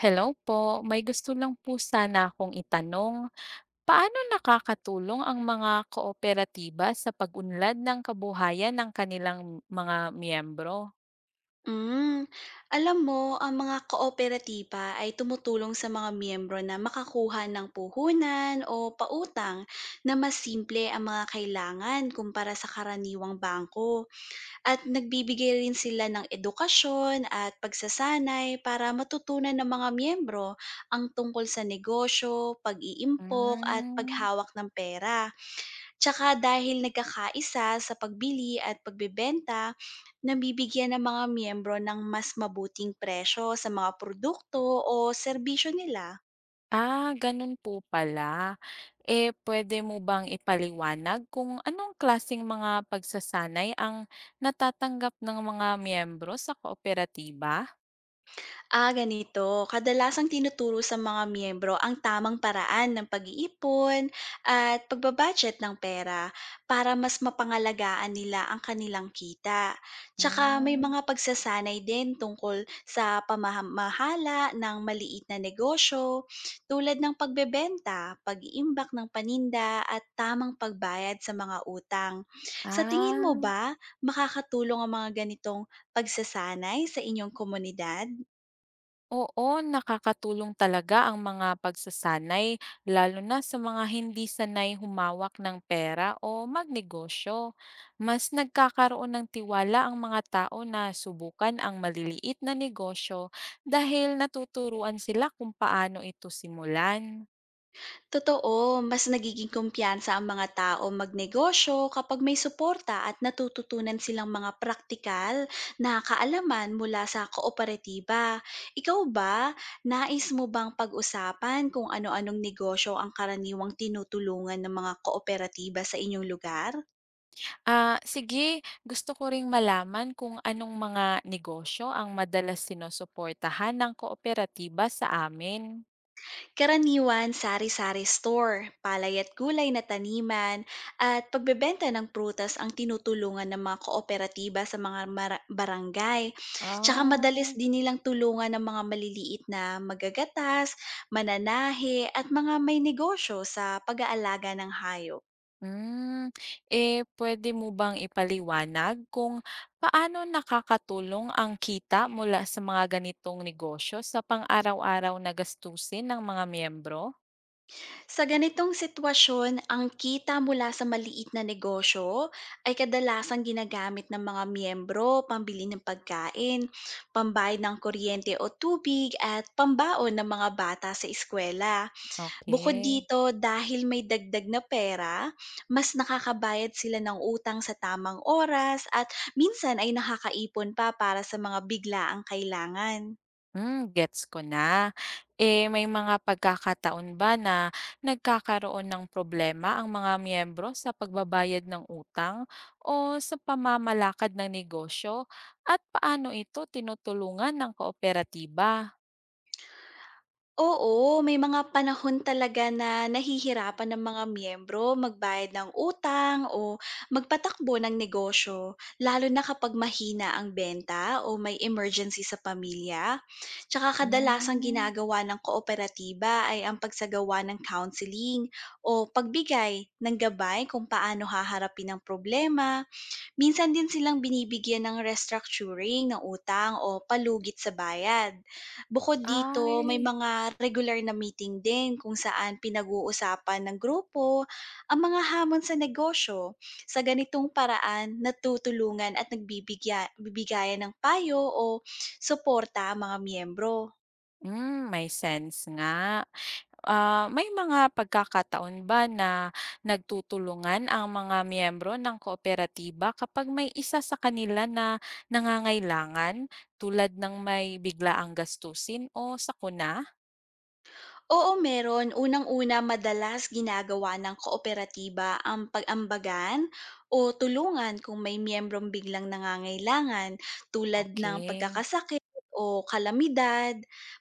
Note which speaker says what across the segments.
Speaker 1: Hello po, may gusto lang po sana akong itanong. Paano nakakatulong ang mga kooperatiba sa pag-unlad ng kabuhayan ng kanilang mga miyembro?
Speaker 2: Hmm. Alam mo, ang mga kooperatiba ay tumutulong sa mga miyembro na makakuha ng puhunan o pautang na mas simple ang mga kailangan kumpara sa karaniwang bangko. At nagbibigay rin sila ng edukasyon at pagsasanay para matutunan ng mga miyembro ang tungkol sa negosyo, pag-iimpok at
Speaker 1: Hmm.
Speaker 2: paghawak ng pera. Tsaka dahil nagkakaisa sa pagbili at pagbebenta, nabibigyan ng mga miyembro ng mas mabuting presyo sa mga produkto o serbisyo nila.
Speaker 1: Ah, ganun po pala. Eh, pwede mo bang ipaliwanag kung anong klaseng mga pagsasanay ang natatanggap ng mga miyembro sa kooperatiba?
Speaker 2: Ah, ganito. Kadalasang tinuturo sa mga miyembro ang tamang paraan ng pag-iipon at pagbabudget ng pera para mas mapangalagaan nila ang kanilang kita. Tsaka may
Speaker 1: Hmm.
Speaker 2: mga pagsasanay din tungkol sa pamamahala ng maliit na negosyo tulad ng pagbebenta, pag-iimbak ng paninda at tamang pagbayad sa mga utang. Sa tingin
Speaker 1: Ah,
Speaker 2: mo ba makakatulong ang mga ganitong pagsasanay sa inyong komunidad?
Speaker 1: Oo, nakakatulong talaga ang mga pagsasanay, lalo na sa mga hindi sanay humawak ng pera o magnegosyo. Mas nagkakaroon ng tiwala ang mga tao na subukan ang maliliit na negosyo dahil natuturuan sila kung paano ito simulan.
Speaker 2: Totoo, mas nagiging kumpiyansa ang mga tao magnegosyo kapag may suporta at natututunan silang mga praktikal na kaalaman mula sa kooperatiba. Ikaw ba, nais mo bang pag-usapan kung ano-anong negosyo ang karaniwang tinutulungan ng mga kooperatiba sa inyong lugar?
Speaker 1: Ah, sige, gusto ko ring malaman kung anong mga negosyo ang madalas sinusuportahan ng kooperatiba sa amin.
Speaker 2: Karaniwan sari-sari store, palay at gulay na taniman, at pagbebenta ng prutas ang tinutulungan ng mga kooperatiba sa mga barangay. Tsaka madalas
Speaker 1: Ah,
Speaker 2: din nilang tulungan ng mga maliliit na magagatas, mananahe at mga may negosyo sa pag-aalaga ng hayop.
Speaker 1: Hmm, eh, puwede mo bang ipaliwanag kung paano nakakatulong ang kita mula sa mga ganitong negosyo sa pang-araw-araw na gastusin ng mga miyembro?
Speaker 2: Sa ganitong sitwasyon, ang kita mula sa maliit na negosyo ay kadalasang ginagamit ng mga miyembro pambili ng pagkain, pambayad ng kuryente o tubig at pambaon ng mga bata sa eskwela. Bukod
Speaker 1: Okay.
Speaker 2: dito, dahil may dagdag na pera, mas nakakabayad sila ng utang sa tamang oras at minsan ay nakakaipon pa para sa mga biglaang kailangan.
Speaker 1: Hmm, gets ko na. Eh, may mga pagkakataon ba na nagkakaroon ng problema ang mga miyembro sa pagbabayad ng utang o sa pamamalakad ng negosyo at paano ito tinutulungan ng kooperatiba?
Speaker 2: Oo, may mga panahon talaga na nahihirapan ng mga miyembro magbayad ng utang o magpatakbo ng negosyo, lalo na kapag mahina ang benta o may emergency sa pamilya. Tsaka kadalasang
Speaker 1: Hmm.
Speaker 2: ginagawa ng kooperatiba ay ang pagsagawa ng counseling o pagbigay ng gabay kung paano haharapin ang problema. Minsan din silang binibigyan ng restructuring ng utang o palugit sa bayad. Bukod dito, may
Speaker 1: Ay,
Speaker 2: mga regular na meeting din kung saan pinag-uusapan ng grupo ang mga hamon sa negosyo. Sa ganitong paraan, natutulungan at bibigayan ng payo o suporta ang mga miyembro.
Speaker 1: May sense nga. Ah, may mga pagkakataon ba na nagtutulungan ang mga miyembro ng kooperatiba kapag may isa sa kanila na nangangailangan tulad ng may biglaang gastusin o sakuna?
Speaker 2: Oo, meron. Unang-una, madalas ginagawa ng kooperatiba ang pag-ambagan o tulungan kung may miyembrong biglang nangangailangan tulad ng
Speaker 1: Okay?
Speaker 2: pagkakasakit o kalamidad.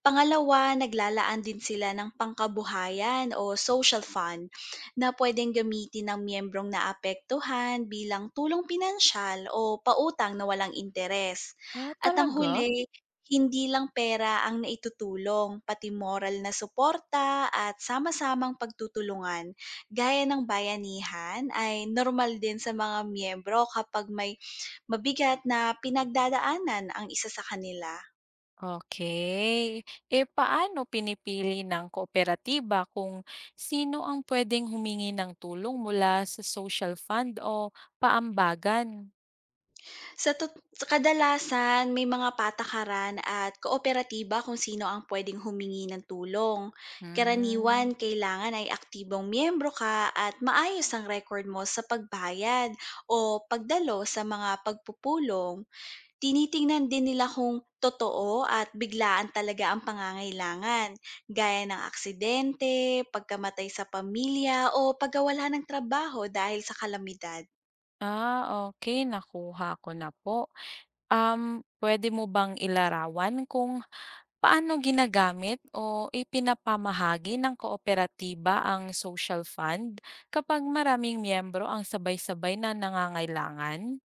Speaker 2: Pangalawa, naglalaan din sila ng pangkabuhayan o social fund na pwedeng gamitin ng miyembrong naapektuhan bilang tulong pinansyal o pautang na walang interes.
Speaker 1: Ah,
Speaker 2: At ang
Speaker 1: talaga?
Speaker 2: huli, hindi lang pera ang naitutulong, pati moral na suporta at sama-samang pagtutulungan. Gaya ng bayanihan ay normal din sa mga miyembro kapag may mabigat na pinagdadaanan ang isa sa kanila.
Speaker 1: Okay. Eh, paano pinipili ng kooperatiba kung sino ang pwedeng humingi ng tulong mula sa social fund o paambagan?
Speaker 2: Sa kadalasan may mga patakaran at kooperatiba kung sino ang puwedeng humingi ng tulong. Karaniwan,
Speaker 1: Hmm.
Speaker 2: kailangan ay aktibong miyembro ka at maayos ang record mo sa pagbayad o pagdalo sa mga pagpupulong. Tinitingnan din nila kung totoo at biglaan talaga ang pangangailangan, gaya ng aksidente, pagkamatay sa pamilya o pagkawala ng trabaho dahil sa kalamidad.
Speaker 1: Ah, okay. Nakuha ko na po. Pwede mo bang ilarawan kung paano ginagamit o ipinapamahagi ng kooperatiba ang social fund kapag maraming miyembro ang sabay-sabay na nangangailangan?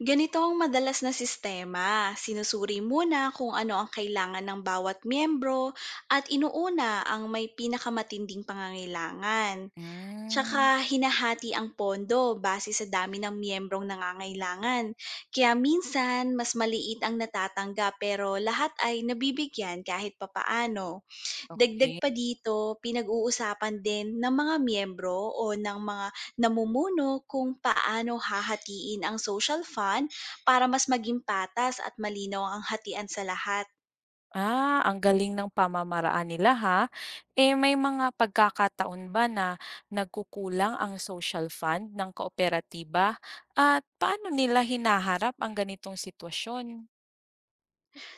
Speaker 2: Ganito ang madalas na sistema. Sinusuri muna kung ano ang kailangan ng bawat miyembro at inuuna ang may pinakamatinding pangangailangan.
Speaker 1: Hmm,
Speaker 2: Tsaka hinahati ang pondo base sa dami ng miyembrong nangangailangan. Kaya minsan, mas maliit ang natatanggap pero lahat ay nabibigyan kahit papaano.
Speaker 1: Okay.
Speaker 2: Dagdag pa dito, pinag-uusapan din ng mga miyembro o ng mga namumuno kung paano hahatiin ang social fund para mas maging patas at malinaw ang hatian sa lahat.
Speaker 1: Ah, ang galing ng pamamaraan nila ha. Eh may mga pagkakataon ba na nagkukulang ang social fund ng kooperatiba at paano nila hinaharap ang ganitong sitwasyon?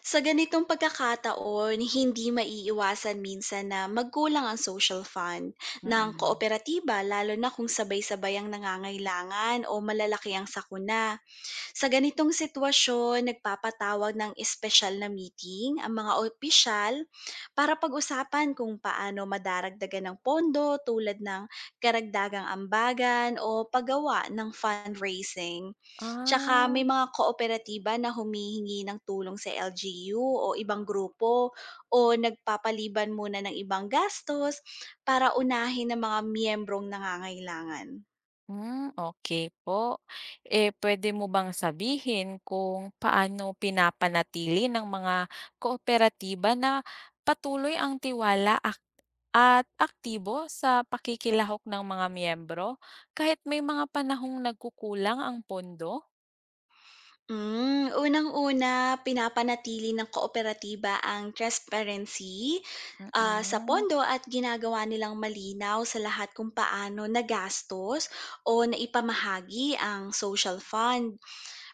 Speaker 2: Sa ganitong pagkakataon, hindi maiiwasan minsan na magkulang ang social fund ng
Speaker 1: Mm.
Speaker 2: kooperatiba lalo na kung sabay-sabay ang nangangailangan o malalaki ang sakuna. Sa ganitong sitwasyon, nagpapatawag ng espesyal na meeting ang mga opisyal para pag-usapan kung paano madaragdagan ng pondo tulad ng karagdagang ambagan o paggawa ng fundraising. Tsaka may
Speaker 1: Ah.
Speaker 2: mga kooperatiba na humihingi ng tulong sa LGU o ibang grupo o nagpapaliban muna ng ibang gastos para unahin ng mga miyembrong nangangailangan.
Speaker 1: Hmm, okay po. Eh, pwede mo bang sabihin kung paano pinapanatili ng mga kooperatiba na patuloy ang tiwala at aktibo sa pakikilahok ng mga miyembro kahit may mga panahong nagkukulang ang pondo?
Speaker 2: Unang-una, pinapanatili ng kooperatiba ang transparency sa
Speaker 1: Mm.
Speaker 2: pondo at ginagawa nilang malinaw sa lahat kung paano nagastos o naipamahagi ang social fund.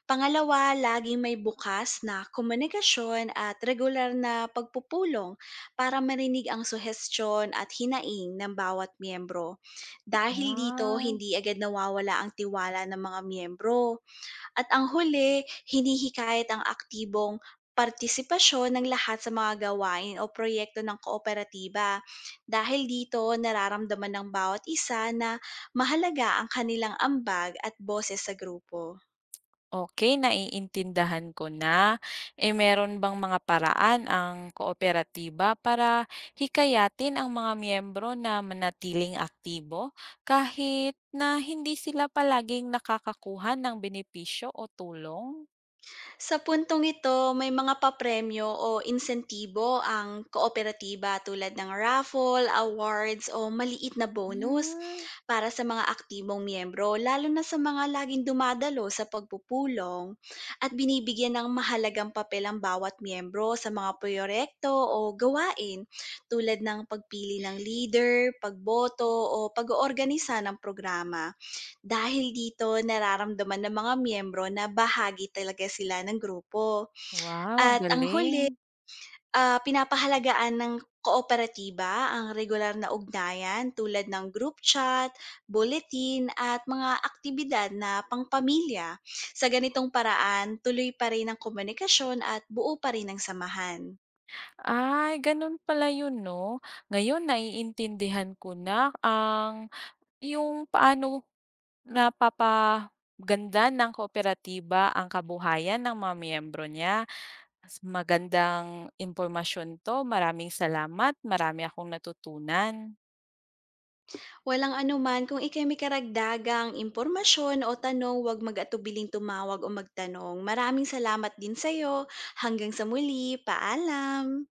Speaker 2: Pangalawa, laging may bukas na komunikasyon at regular na pagpupulong para marinig ang suhestyon at hinaing ng bawat miyembro. Dahil dito,
Speaker 1: Ah.
Speaker 2: hindi agad nawawala ang tiwala ng mga miyembro. At ang huli, hinihikayat ang aktibong partisipasyon ng lahat sa mga gawain o proyekto ng kooperatiba. Dahil dito, nararamdaman ng bawat isa na mahalaga ang kanilang ambag at boses sa grupo.
Speaker 1: Okey, naiintindihan ko na. Eh, meron bang mga paraan ang kooperatiba para hikayatin ang mga miyembro na manatiling aktibo kahit na hindi sila palaging nakakakuha ng benepisyo o tulong?
Speaker 2: Sa puntong ito, may mga papremyo o insentibo ang kooperatiba tulad ng raffle, awards o maliit na bonus
Speaker 1: Hmm,
Speaker 2: para sa mga aktibong miyembro, lalo na sa mga laging dumadalo sa pagpupulong at binibigyan ng mahalagang papel ang bawat miyembro sa mga proyekto o gawain tulad ng pagpili ng leader, pagboto o pag-oorganisa ng programa. Dahil dito, nararamdaman ng mga miyembro na bahagi talaga sila ng grupo.
Speaker 1: wow, ang
Speaker 2: At ang
Speaker 1: galing.
Speaker 2: huli, pinapahalagaan ng kooperatiba ang regular na ugnayan tulad ng group chat, bulletin at mga aktibidad na pangpamilya. Sa ganitong paraan, tuloy pa rin ang komunikasyon at buo pa rin ang samahan.
Speaker 1: Ay, gano'n pala 'yun 'no. Ngayon naiintindihan ko na ang yung paano. Napapaganda ng kooperatiba ang kabuhayan ng mga miyembro niya. Mas magandang impormasyon 'to. Maraming salamat. Marami akong natutunan.
Speaker 2: Walang anuman, kung ika'y may karagdagang impormasyon o tanong, huwag mag-atubiling tumawag o magtanong. Maraming salamat din sa'yo. Hanggang sa muli, paalam!